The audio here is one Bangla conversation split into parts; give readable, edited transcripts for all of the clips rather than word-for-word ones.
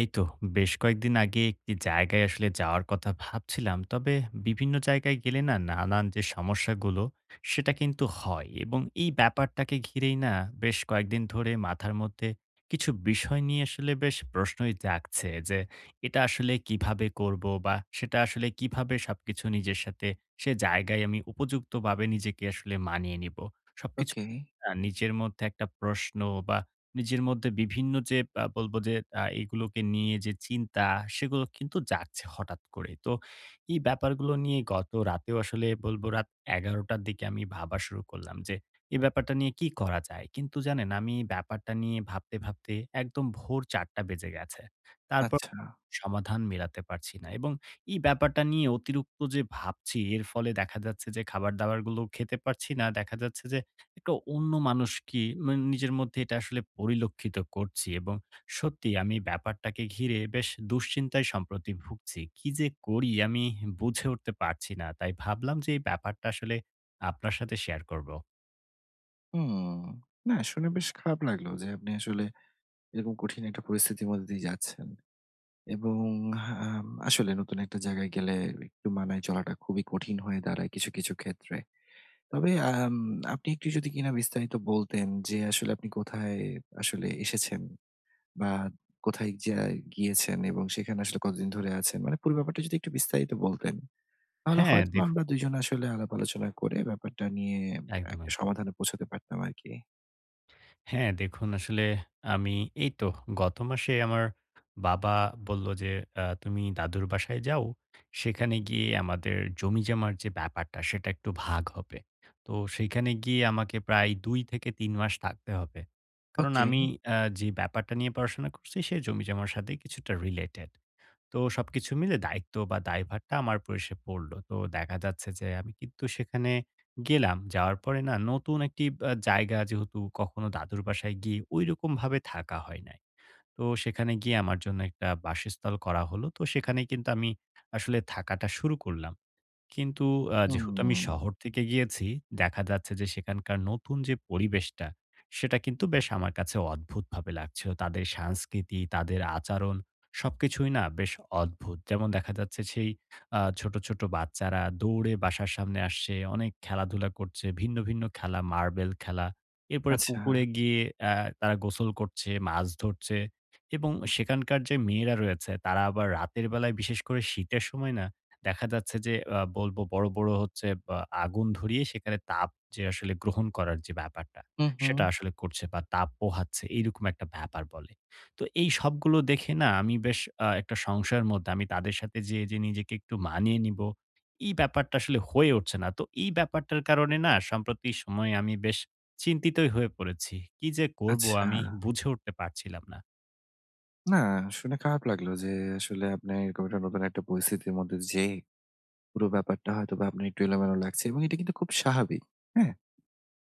এই তো বেশ কয়েকদিন আগে একটি জায়গায় আসলে যাওয়ার কথা ভাবছিলাম। তবে বিভিন্ন জায়গায় গেলে না নানান যে সমস্যাগুলো সেটা কিন্তু হয় এবং এই ব্যাপারটাকে ঘিরেই না বেশ কয়েকদিন ধরে মাথার মধ্যে কিছু বিষয় নিয়ে আসলে বেশ প্রশ্নই জাগছে যে এটা আসলে কিভাবে করব বা সেটা আসলে কিভাবে সবকিছু নিজের সাথে সে জায়গায় আমি উপযুক্তভাবে নিজেকে আসলে মানিয়ে নিব। সবকিছু ওকে, নিজের মধ্যে একটা প্রশ্ন বা নিজের মধ্যে বিভিন্ন যে বলব যে এগুলোকে নিয়ে যে চিন্তা সেগুলো কিন্তু জাগছে হঠাৎ করে। তো এই ব্যাপারগুলো নিয়ে গত রাতেও আসলে বলব রাত ১১:০০ র দিকে আমি ভাবা শুরু করলাম যে এই ব্যাপারটা নিয়ে কি করা যায়? কিন্তু জানেন আমি এই ব্যাপারটা নিয়ে ভাবতে, ভাবতে একদম ভোর ৪:০০ বেজে গেছে। তারপর আচ্ছা। সমাধান মেলাতে পারছি না এবং এই ব্যাপারটা নিয়ে অতিরিক্ত যে ভাবছি এর ফলে দেখা যাচ্ছে যে খাবার-দাবারগুলো খেতে পারছি না। দেখা যাচ্ছে যে একটা অন্য মানুষ কি মানে নিজের মধ্যে এটা আসলে পরিলক্ষিত করছি এবং সত্যি আমি ব্যাপারটাকে ঘিরে বেশ দুশ্চিন্তায় সম্প্রতি ভুগছি। কি যে করি আমি বুঝে উঠতে পারছি না। তাই ভাবলাম যে এই ব্যাপারটা আসলে আপনার সাথে শেয়ার করব। হুম। না শুনে বেশ খারাপ লাগলো যে আপনি আসলে এরকম কঠিন একটা পরিস্থিতির মধ্যে দিয়ে যাচ্ছেন। এবং আসলে নতুন একটা জায়গায় গেলে একটু মানায় চলাটা খুবই কঠিন হয়ে দাঁড়ায় কিছু, কিছু ক্ষেত্রে। তবে আপনি একটু যদি কিনা বিস্তারিত বলতেন যে আসলে আপনি কোথায় আসলে এসেছেন বা কোথায় গিয়েছেন এবং সেখানে আসলে কতদিন ধরে আছেন? মানে পুরো ব্যাপারটা যদি একটু বিস্তারিত বলতেন। তাহলে হ্যাঁ, হয়তোবা দেখুন আমরা দুজনে আসলে আলাপ আলোচনা করে ব্যাপারটা নিয়ে একদম, একটা একদম। সমাধানে পৌঁছাতে পারতাম আরকি। হ্যাঁ, দেখুন আসলে আমি এই তো গত মাসে আমার বাবা বলল যে, "তুমি দাদুর বাসায় যাও। সেখানে গিয়ে আমাদের জমিজমার যে ব্যাপারটা সেটা একটু ভাগ হবে।" তো সেইখানে গিয়ে আমাকে প্রায় ২ থেকে ৩ মাস থাকতে হবে। কারণ ওকে। আমি যে ব্যাপারটা নিয়ে পড়াশোনা করছি সে জমিজমার সাথে কিছুটা রিলেটেড। তো সবকিছু মিলে দায়িত্ব বা দায়ভারটা আমার উপর এসে পড়ল। তো দেখা যাচ্ছে যে আমি কিন্তু সেখানে গেলাম। যাওয়ার পরে না নতুন একটি জায়গা যেহেতু কখনো দাদুর বাসায় গিয়ে ঐরকমভাবে থাকা হয় নাই। তো সেখানে গিয়ে আমার জন্য একটা বাসস্থল করা হলো। তো সেখানেই কিন্তু আমি আসলে থাকাটা শুরু করলাম। কিন্তু যেহেতু আমি হুম। শহর থেকে গিয়েছি, দেখা যাচ্ছে যে সেখানকার নতুন যে পরিবেশটা, সেটা কিন্তু বেশ আমার কাছে অদ্ভুতভাবে লাগছিল। তাদের সংস্কৃতি, তাদের আচরণ সবকিছুই না বেশ অদ্ভুত। যেমন দেখা যাচ্ছে সেই ছোট, ছোট বাচ্চারা দৌড়ে বাসার সামনে আসছে, অনেক খেলাধুলা করছে, ভিন্ন, ভিন্ন খেলা, মার্বেল খেলা। এরপরে আচ্ছা। পুকুরে গিয়ে আ তারা গোসল করছে, মাছ ধরছে এবং সেখানকার যে মেয়েরা রয়েছে, তারা আবার রাতের বেলায় বিশেষ করে শীতের সময় না দেখা যাচ্ছে যে বলবো বড়, বড় হচ্ছে বা আগুন ধরিয়ে সেখানে তাপ যে আসলে গ্রহণ করার যে ব্যাপারটা, হুম, হুম। সেটা আসলে করছে বা তাপ পোহাচ্ছে এইরকম একটা ব্যাপার বলে। তো এই সবগুলো দেখে না আমি বেশ একটা সংশয়ের মধ্যে আমি তাদের সাথে যেয়ে যে নিজেকে একটু মানিয়ে নিবো, এই ব্যাপারটা আসলে হয়ে উঠছে না। তো এই ব্যাপারটার কারণে না সম্প্রতি সময়ে আমি বেশ চিন্তিতই হয়ে পড়েছি। কি যে করব আচ্ছা। আমি বুঝে উঠতে পারছিলাম না। না শুনে খারাপ লাগলো যে আসলে আপনার এরকম একটা নতুন একটা পরিস্থিতির মধ্যে যেয়ে পুরো ব্যাপারটা হয়তোবা আপনার একটু এলোমেলো লাগছে এবং এটা কিন্তু খুব স্বাভাবিক। হ্যাঁ?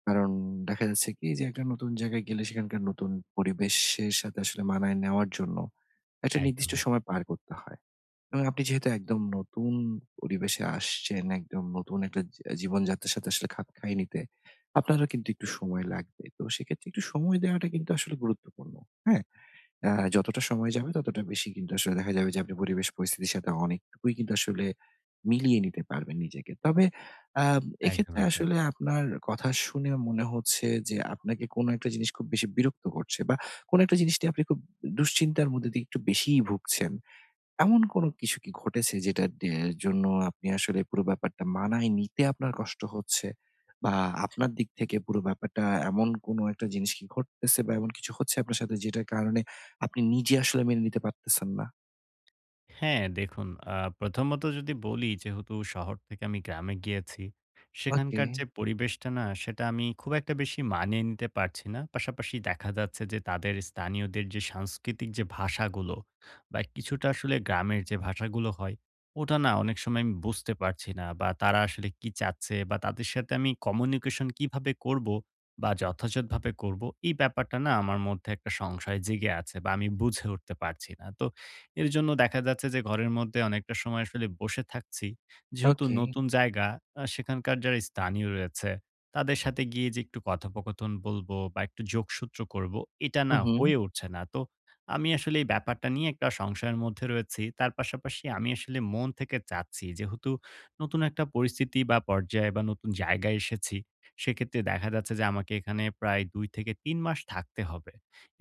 কারণ দেখা যাচ্ছে কি যে একটা নতুন জায়গায় গেলে সেখানকার নতুন পরিবেশের সাথে আসলে মানায় নেওয়ার জন্য একটা একদম, নির্দিষ্ট সময় একদম। পার করতে হয়। এবং আপনি যেহেতু একদম নতুন পরিবেশে আসছেন, একদম নতুন একটা জীবনযাত্রার সাথে আসলে খাপ খাইয়ে নিতে, আপনারও কিন্তু একটু সময় লাগবে। তো সেক্ষেত্রে একটু সময় দেওয়াটা কিন্তু আসলে গুরুত্বপূর্ণ। হ্যাঁ? যতটা সময় যাবে ততটা বেশি কিন্তু আসলে দেখা যাবে যে আপনি পরিবেশ পরিস্থিতির সাথে অনেকটুকুই কিন্তু আসলে মিলিয়ে নিতে পারবেন নিজেকে। তবে একদম, এক্ষেত্রে একদম। আসলে আপনার কথা শুনে মনে হচ্ছে যে আপনাকে কোনো একটা জিনিস খুব বেশি বিরক্ত করছে বা কোনো একটা জিনিস নিয়ে আপনি খুব দুশ্চিন্তার মধ্যে দিয়ে একটু বেশিই ভুগছেন। এমন কোনো কিছু কি ঘটেছে যেটার জন্য আপনি আসলে পুরো ব্যাপারটা মানায় নিতে আপনার কষ্ট হচ্ছে? বা আপনার দিক থেকে পুরো ব্যাপারটা এমন কোনো একটা জিনিস কি ঘটতেছে বা এমন কিছু হচ্ছে আপনার সাথে যেটার কারণে আপনি নিজে আসলে মেনে নিতে পারতেছেন না? হ্যাঁ, দেখুন প্রথমত যদি বলি যেহেতু শহর থেকে আমি গ্রামে গিয়েছি, ওকে, সেখানকার যে পরিবেশটা না সেটা আমি খুব একটা বেশি মানিয়ে নিতে পারছি না। পাশাপাশি দেখা যাচ্ছে যে তাদের স্থানীয়দের যে সাংস্কৃতিক যে ভাষাগুলো বা কিছুটা আসলে গ্রামের যে ভাষাগুলো হয়, ওটা না অনেক সময় আমি বুঝতে পারছি না বা তারা আসলে কি চাচ্ছে বা তাদের সাথে আমি কমিউনিকেশন কিভাবে করব বা যথাযথভাবে করব, এই ব্যাপারটা না আমার মধ্যে একটা সংশয় জেগে আছে বা আমি বুঝে উঠতে পারছি না। তো এর জন্য দেখা যাচ্ছে যে ঘরের মধ্যে অনেকটা সময় আসলে বসে থাকছি। যেহেতু ওকে। নতুন জায়গা সেখানকার যারা স্থানীয় রয়েছে, তাদের সাথে গিয়ে যে একটু কথোপকথন বলবো বা একটু যোগসূত্র করব, এটা হু, না হুম। হয়ে উঠছে না। তো আমি আসলে এই ব্যাপারটা নিয়ে একটা সংশয়ের মধ্যে রয়েছি। তার পাশাপাশি আমি আসলে মন থেকে চাচ্ছি যেহেতু নতুন একটা পরিস্থিতি বা পর্যায়ে বা নতুন জায়গায় এসেছি, সেক্ষেত্রে দেখা যাচ্ছে যে আমাকে এখানে প্রায় ২ থেকে ৩ মাস থাকতে হবে।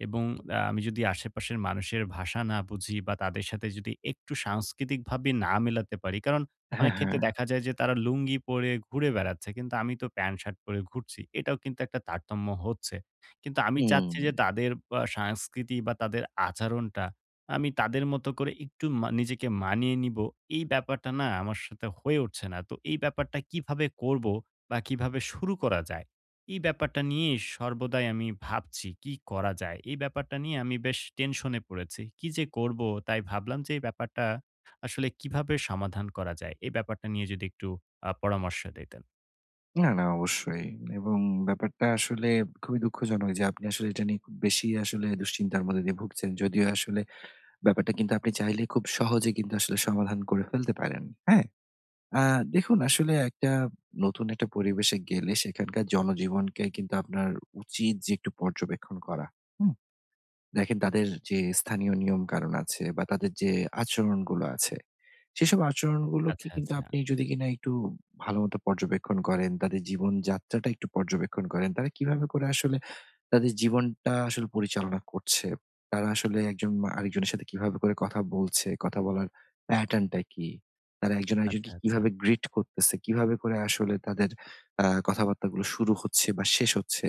এবং আমি যদি আশেপাশের মানুষের ভাষা না বুঝি বা তাদের সাথে যদি একটু সাংস্কৃতিকভাবে না মেলাতে পারি। কারণ হ্যাঁ, অনেক হ্যাঁ। ক্ষেত্রে দেখা যায় যে তারা লুঙ্গি পরে ঘুরে বেড়াচ্ছে। কিন্তু আমি তো প্যান্ট শার্ট পরে ঘুরছি। এটাও কিন্তু একটা তারতম্য হচ্ছে। কিন্তু আমি চাচ্ছি হুম। যে তাদের সংস্কৃতি বা তাদের আচরণটা আমি তাদের মতো করে একটু নিজেকে মানিয়ে নিব। এই ব্যাপারটা না আমার সাথে হয়ে উঠছে না। তো এই ব্যাপারটা কিভাবে করব বা কিভাবে শুরু করা যায়? এই ব্যাপারটা নিয়ে সর্বদাই আমি ভাবছি কি করা যায়? এই ব্যাপারটা নিয়ে আমি বেশ টেনশনে পড়েছি। কি যে করব? তাই ভাবলাম যে এই ব্যাপারটা আসলে কিভাবে সমাধান করা যায়? এই ব্যাপারটা নিয়ে যদি একটু পরামর্শ দিতেন। না, না অবশ্যই। এবং ব্যাপারটা আসলে খুবই দুঃখজনক যে আপনি আসলে এটা নিয়ে খুব বেশি আসলে দুশ্চিন্তার মধ্যে দিয়ে ভুগছেন। যদিও আসলে ব্যাপারটা কিন্তু আপনি চাইলে খুব সহজে কিন্তু আসলে সমাধান করে ফেলতে পারেন। হ্যাঁ? আ দেখুন আসলে একটা নতুন একটা পরিবেশে গেলে সেখানকার জনজীবনকে কিন্তু আপনার উচিত যে একটু পর্যবেক্ষণ করা। হুম? দেখেন তাদের যে স্থানীয় নিয়ম-কানুন আছে বা তাদের যে আচরণগুলো আছে, সেসব আচরণগুলোকে আচ্ছা, কিন্তু আচ্ছা, আপনি যদি কিনা একটু ভালোমতো পর্যবেক্ষণ করেন, তাদের জীবনযাত্রাটা একটু পর্যবেক্ষণ করেন, তারা কিভাবে করে আসলে তাদের জীবনটা আসলে পরিচালনা করছে। তারা আসলে একজন মা আরেকজনের সাথে কিভাবে করে কথা বলছে, কথা বলার প্যাটার্ন টা কি? তারা একজন আচ্ছা, আরেকজনকে আচ্ছা। কিভাবে গ্রিট করতেছে, কিভাবে করে আসলে তাদের কথাবার্তাগুলো শুরু হচ্ছে বা শেষ হচ্ছে।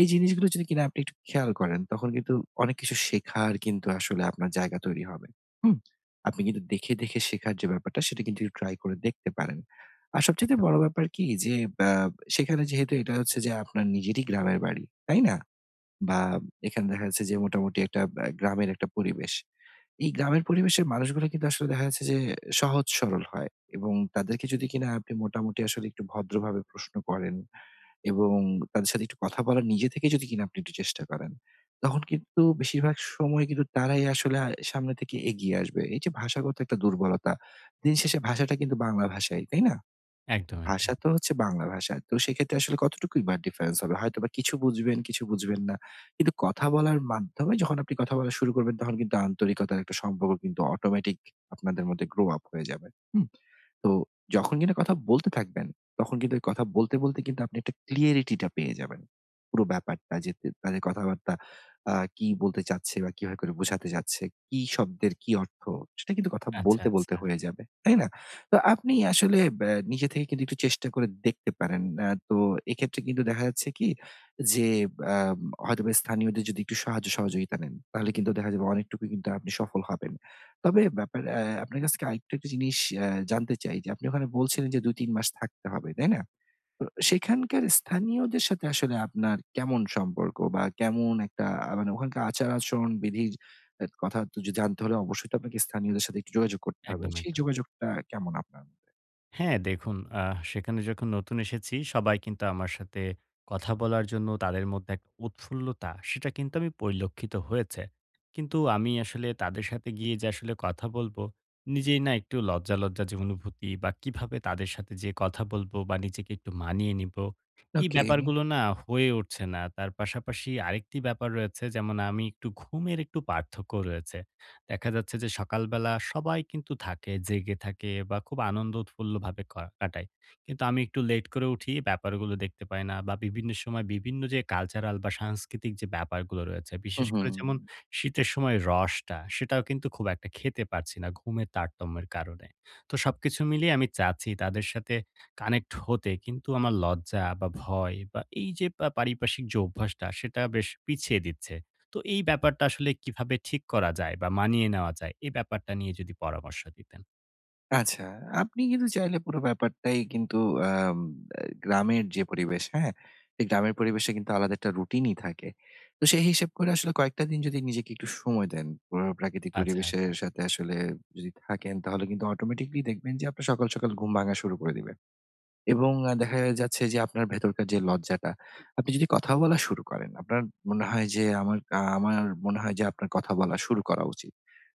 এই জিনিসগুলো যদি কিনা আপনি একটু খেয়াল করেন, তখন কিন্তু অনেক কিছু শেখার কিন্তু আসলে আপনার জায়গা তৈরি হবে। হুম? আপনি কিন্তু দেখে, দেখে শেখার যে ব্যাপারটা সেটা কিন্তু ট্রাই করে দেখতে পারেন। আর সবচাইতে একদম, বড় ব্যাপার কি যে, আ সেখানে যেহেতু এটা হচ্ছে যে আপনার নিজেরই গ্রামের বাড়ি, তাই না? বা এখানে দেখা যাচ্ছে যে মোটামুটি একটা গ্রামের একটা পরিবেশ। এই গ্রামের পরিবেশের মানুষগুলো কিন্তু আসলে দেখা যাচ্ছে যে সহজ সরল হয় এবং তাদেরকে যদি কিনা আপনি মোটামুটি আসলে একটু ভদ্রভাবে প্রশ্ন করেন এবং তাদের সাথে একটু কথা বলার নিজে থেকে যদি কিনা আপনি একটু চেষ্টা করেন, তখন কিন্তু বেশিরভাগ সময় কিন্তু তারাই আসলে সামনে থেকে এগিয়ে আসবে। এই যে ভাষাগত একটা দুর্বলতা, দিন শেষে ভাষাটা কিন্তু বাংলা ভাষাই, তাই না? একদম, একদম। ভাষা তো হচ্ছে বাংলা ভাষা। তো সেক্ষেত্রে আসলে কতটুকুই বা ডিফারেন্স হবে? হয়তোবা কিছু বুঝবেন, কিছু বুঝবেন না। কিন্তু কথা বলার মাধ্যমে যখন আপনি কথা বলা শুরু করবেন, তখন কিন্তু আন্তরিকতার একটা সম্পর্ক কিন্তু অটোমেটিক আপনাদের মধ্যে গ্রো আপ হয়ে যাবে। হুম? তো যখন কিনা কথা বলতে থাকবেন, তখন কিন্তু এই কথা বলতে, বলতে কিন্তু আপনি একটা clarity টা পেয়ে যাবেন। পুরো ব্যাপারটা যে তাদের কথাবার্তা কি বলতে চাচ্ছে বা কিভাবে করে বোঝাতে চাচ্ছে, কি শব্দের কি অর্থ, সেটা কিন্তু কথা আচ্ছা, বলতে, বলতে আচ্ছা। হয়ে যাবে। তাই না? তো আপনি আসলে নিজে থেকে কিন্তু একটু চেষ্টা করে দেখতে পারেন। তো এক্ষেত্রে কিন্তু দেখা যাচ্ছে কি যে আম হয়তোবা স্থানীয়দের যদি একটু সাহায্য সহযোগিতা নেন, তাহলে কিন্তু দেখা যাবে অনেকটুকুই কিন্তু আপনি সফল হবেন। তবে ব্যাপার আপনার কাছ থেকে একটা জিনিস আ জানতে চাই যে আপনি ওখানে বলছিলেন যে ২-৩ মাস থাকতে হবে, তাই না? তো সেখানকার স্থানীয়দের সাথে আসলে আপনার কেমন সম্পর্ক বা কেমন একটা মানে ওখানকার আচার-আচরণ বিধির এ কথা তো যদি জানতে হলে অবশ্যই তো আপনাকে স্থানীয়দের সাথে একটু যোগাযোগ করতে হবে। একদম, সেই একদম। যোগাযোগটা কেমন আপনার মতে? হ্যাঁ, দেখুন সেখানে যখন নতুন এসেছি সবাই কিন্তু আমার সাথে কথা বলার জন্য তাদের মধ্যে একটা উৎফুল্লতা সেটা কিন্তু আমি পরিলক্ষিত হয়েছে। কিন্তু আমি আসলে তাদের সাথে গিয়ে যে আসলে কথা বলবো, নিজেই না একটু লজ্জা, লজ্জা যে অনুভূতি বা কিভাবে তাদের সাথে যেয়ে কথা বলবো বা নিজেকে একটু মানিয়ে নিবো, এই ওকে। ব্যাপারগুলো না হয়ে উঠছে না। তার পাশাপাশি আরেকটি ব্যাপার রয়েছে যেমন আমি একটু ঘুমের একটু পার্থক্য রয়েছে। দেখা যাচ্ছে যে সকালবেলা সবাই কিন্তু থাকে, জেগে থাকে বা খুব আনন্দ উৎফুল্লভাবে কাটায়। কিন্তু আমি একটু লেট করে উঠি, ব্যাপারগুলো দেখতে পাই না বা বিভিন্ন সময় বিভিন্ন যে কালচারাল বা সাংস্কৃতিক যে ব্যাপারগুলো রয়েছে, হু, বিশেষ হুম। করে যেমন শীতের সময় রসটা, সেটাও কিন্তু খুব একটা খেতে পারছি না ঘুমের তারতম্যের কারণে। তো সবকিছু মিলিয়ে আমি চাচ্ছি তাদের সাথে কানেক্ট হতে, কিন্তু আমার লজ্জা বা ভয় বা এই যে পারিপার্শ্বিক যে অভ্যাসটা, সেটা বেশ পিছিয়ে দিচ্ছে। তো এই ব্যাপারটা আসলে কিভাবে ঠিক করা যায় বা মানিয়ে নেওয়া যায়, এই ব্যাপারটা নিয়ে যদি পরামর্শ দিতেন। আচ্ছা, আপনি কিন্তু চাইলে পুরো ব্যাপারটাই কিন্তু আম আ গ্রামের যে পরিবেশ, হ্যাঁ? এই গ্রামের পরিবেশে কিন্তু আলাদা একটা রুটিনই থাকে। তো সেই হিসেব করে আসলে কয়েকটা দিন যদি নিজেকে একটু সময় দেন, পুরো প্রাকৃতিক আচ্ছা, আচ্ছা। পরিবেশের সাথে আসলে যদি থাকেন, তাহলে কিন্তু অটোমেটিকলি দেখবেন যে আপনার সকাল, সকাল ঘুম ভাঙা শুরু করে দিবে। এবং দেখা যাচ্ছে যে আপনার ভেতরকার যে লজ্জাটা, আপনি যদি কথা বলা শুরু করেন, আপনার মনে হয় যে আমার মনে হয় যে আপনার কথা বলা শুরু করা উচিত।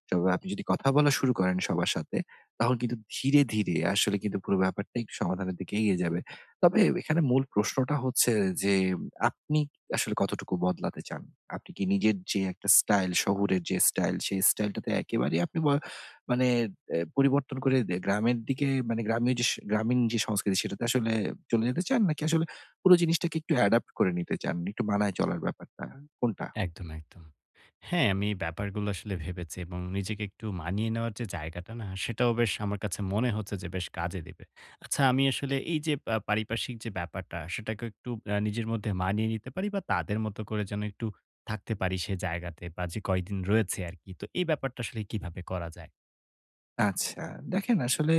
তবে আপনি যদি কথা বলা শুরু করেন সবার সাথে, তখন কিন্তু ধীরে, ধীরে আসলে কিন্তু পুরো ব্যাপারটা একটু সমাধানের দিকে এগিয়ে যাবে। তবে এখানে মূল প্রশ্নটা হচ্ছে যে আপনি আসলে কতটুকু বদলাতে চান? আপনি কি নিজের যে একটা স্টাইল, শহুরের যে স্টাইল, সেই স্টাইলটাতে একেবারেই আপনি মানে পরিবর্তন করে গ্রামের দিকে মানে গ্রামীয় যে স গ্রামীণ যে সংস্কৃতি সেটাতে আসলে চলে যেতে চান? নাকি আসলে পুরো জিনিসটাকে একটু অ্যাডাপ্ট করে নিতে চান? একটু মানায় চলার ব্যাপারটা কোনটা? একদম, একদম। হ্যাঁ, আমি এই ব্যাপারগুলো আসলে ভেবেছি এবং নিজেকে একটু মানিয়ে নেওয়ার যে জায়গাটা না, সেটাও বেশ আমার কাছে মনে হচ্ছে যে বেশ কাজে দিবে। আচ্ছা, আমি আসলে এই যে পারিপার্শ্বিক যে ব্যাপারটা, সেটাকে একটু নিজের মধ্যে মানিয়ে নিতে পারি বা তাদের মতো করে যেন একটু থাকতে পারি সে জায়গাতে বা যে কয়দিন রয়েছে আরকি। তো এই ব্যাপারটা আসলে কিভাবে করা যায়? আচ্ছা দেখেন আসলে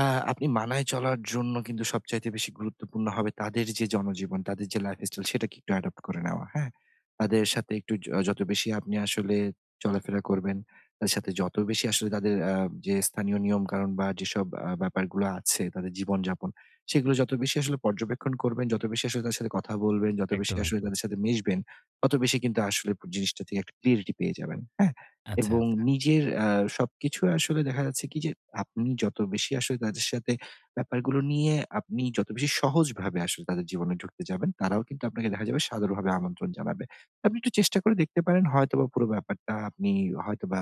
আ আপনি মানায় চলার জন্য কিন্তু সবচাইতে বেশি গুরুত্বপূর্ণ হবে তাদের যে জনজীবন, তাদের যে লাইফস্টাইল সেটাকে একটু অ্যাডপ্ট করে নেওয়া, হ্যাঁ? তাদের সাথে একটু যত বেশি আপনি আসলে চলাফেরা করবেন, তাদের সাথে যত বেশি আসলে তাদের যে স্থানীয় নিয়মকানুন বা যেসব ব্যাপারগুলো আছে তাদের জীবনযাপন, সেগুলো যত বেশি আসলে পর্যবেক্ষণ করবেন, যত বেশি আসলে তাদের সাথে কথা বলবেন, যত বেশি একদম, আসলে একদম। তাদের সাথে মিশবেন, তত বেশি কিন্তু আসলে জিনিসটা থেকে একটা ক্লিয়ারিটি পেয়ে যাবেন, হ্যাঁ? আচ্ছা, এবং আচ্ছা। নিজের সবকিছু আসলে দেখা যাচ্ছে কি যে আপনি যত বেশি আসলে তাদের সাথে ব্যাপারগুলো নিয়ে আপনি যত বেশি সহজভাবে আসলে তাদের জীবনে ঢুকতে যাবেন, তারাও কিন্তু আপনাকে দেখা যাবে সাদরভাবে আমন্ত্রণ জানাবে। আপনি একটু চেষ্টা করে দেখতে পারেন হয়তোবা পুরো ব্যাপারটা আপনি হয়তোবা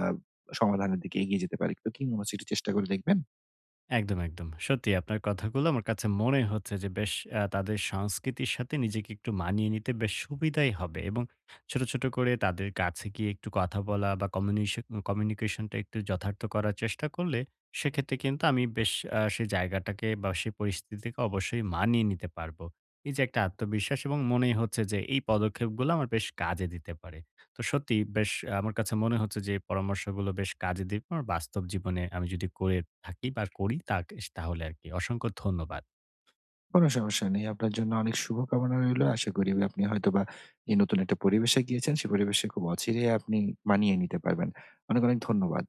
সমাধানের দিকে এগিয়ে যেতে পারেন। তো কি মনে হচ্ছে একটু চেষ্টা করে দেখবেন? একদম, একদম। সত্যি আপনার কথাগুলো আমার কাছে মনে হচ্ছে যে বেশ তাদের সংস্কৃতির সাথে নিজেকে একটু মানিয়ে নিতে বেশ সুবিধাই হবে এবং ছোট, ছোট করে তাদের কাছে গিয়ে একটু কথা বলা বা কমিউনিকেশন টা একটু যথার্থ করার চেষ্টা করলে সেক্ষেত্রে কিন্তু আমি বেশ সেই জায়গাটাকে বা সেই পরিস্থিতিকে অবশ্যই মানিয়ে নিতে পারবো। এই যে একটা আত্মবিশ্বাস এবং মনেই হচ্ছে যে এই পদক্ষেপগুলো আমার বেশ কাজে দিতে পারে। তো সত্যি বেশ আমার কাছে মনে হচ্ছে যে এই পরামর্শগুলো বেশ কাজে দিবে আমার বাস্তব জীবনে আমি যদি করে থাকি বা করি তাহলে আর কি। অসংখ্য ধন্যবাদ। কোন সমস্যা নেই। আপনার জন্য অনেক শুভকামনা রইলো। আশা করি আপনি হয়তোবা এই নতুন একটা পরিবেশে গিয়েছেন, সে পরিবেশে খুব অচিরেই আপনি মানিয়ে নিতে পারবেন। অনেক, অনেক ধন্যবাদ।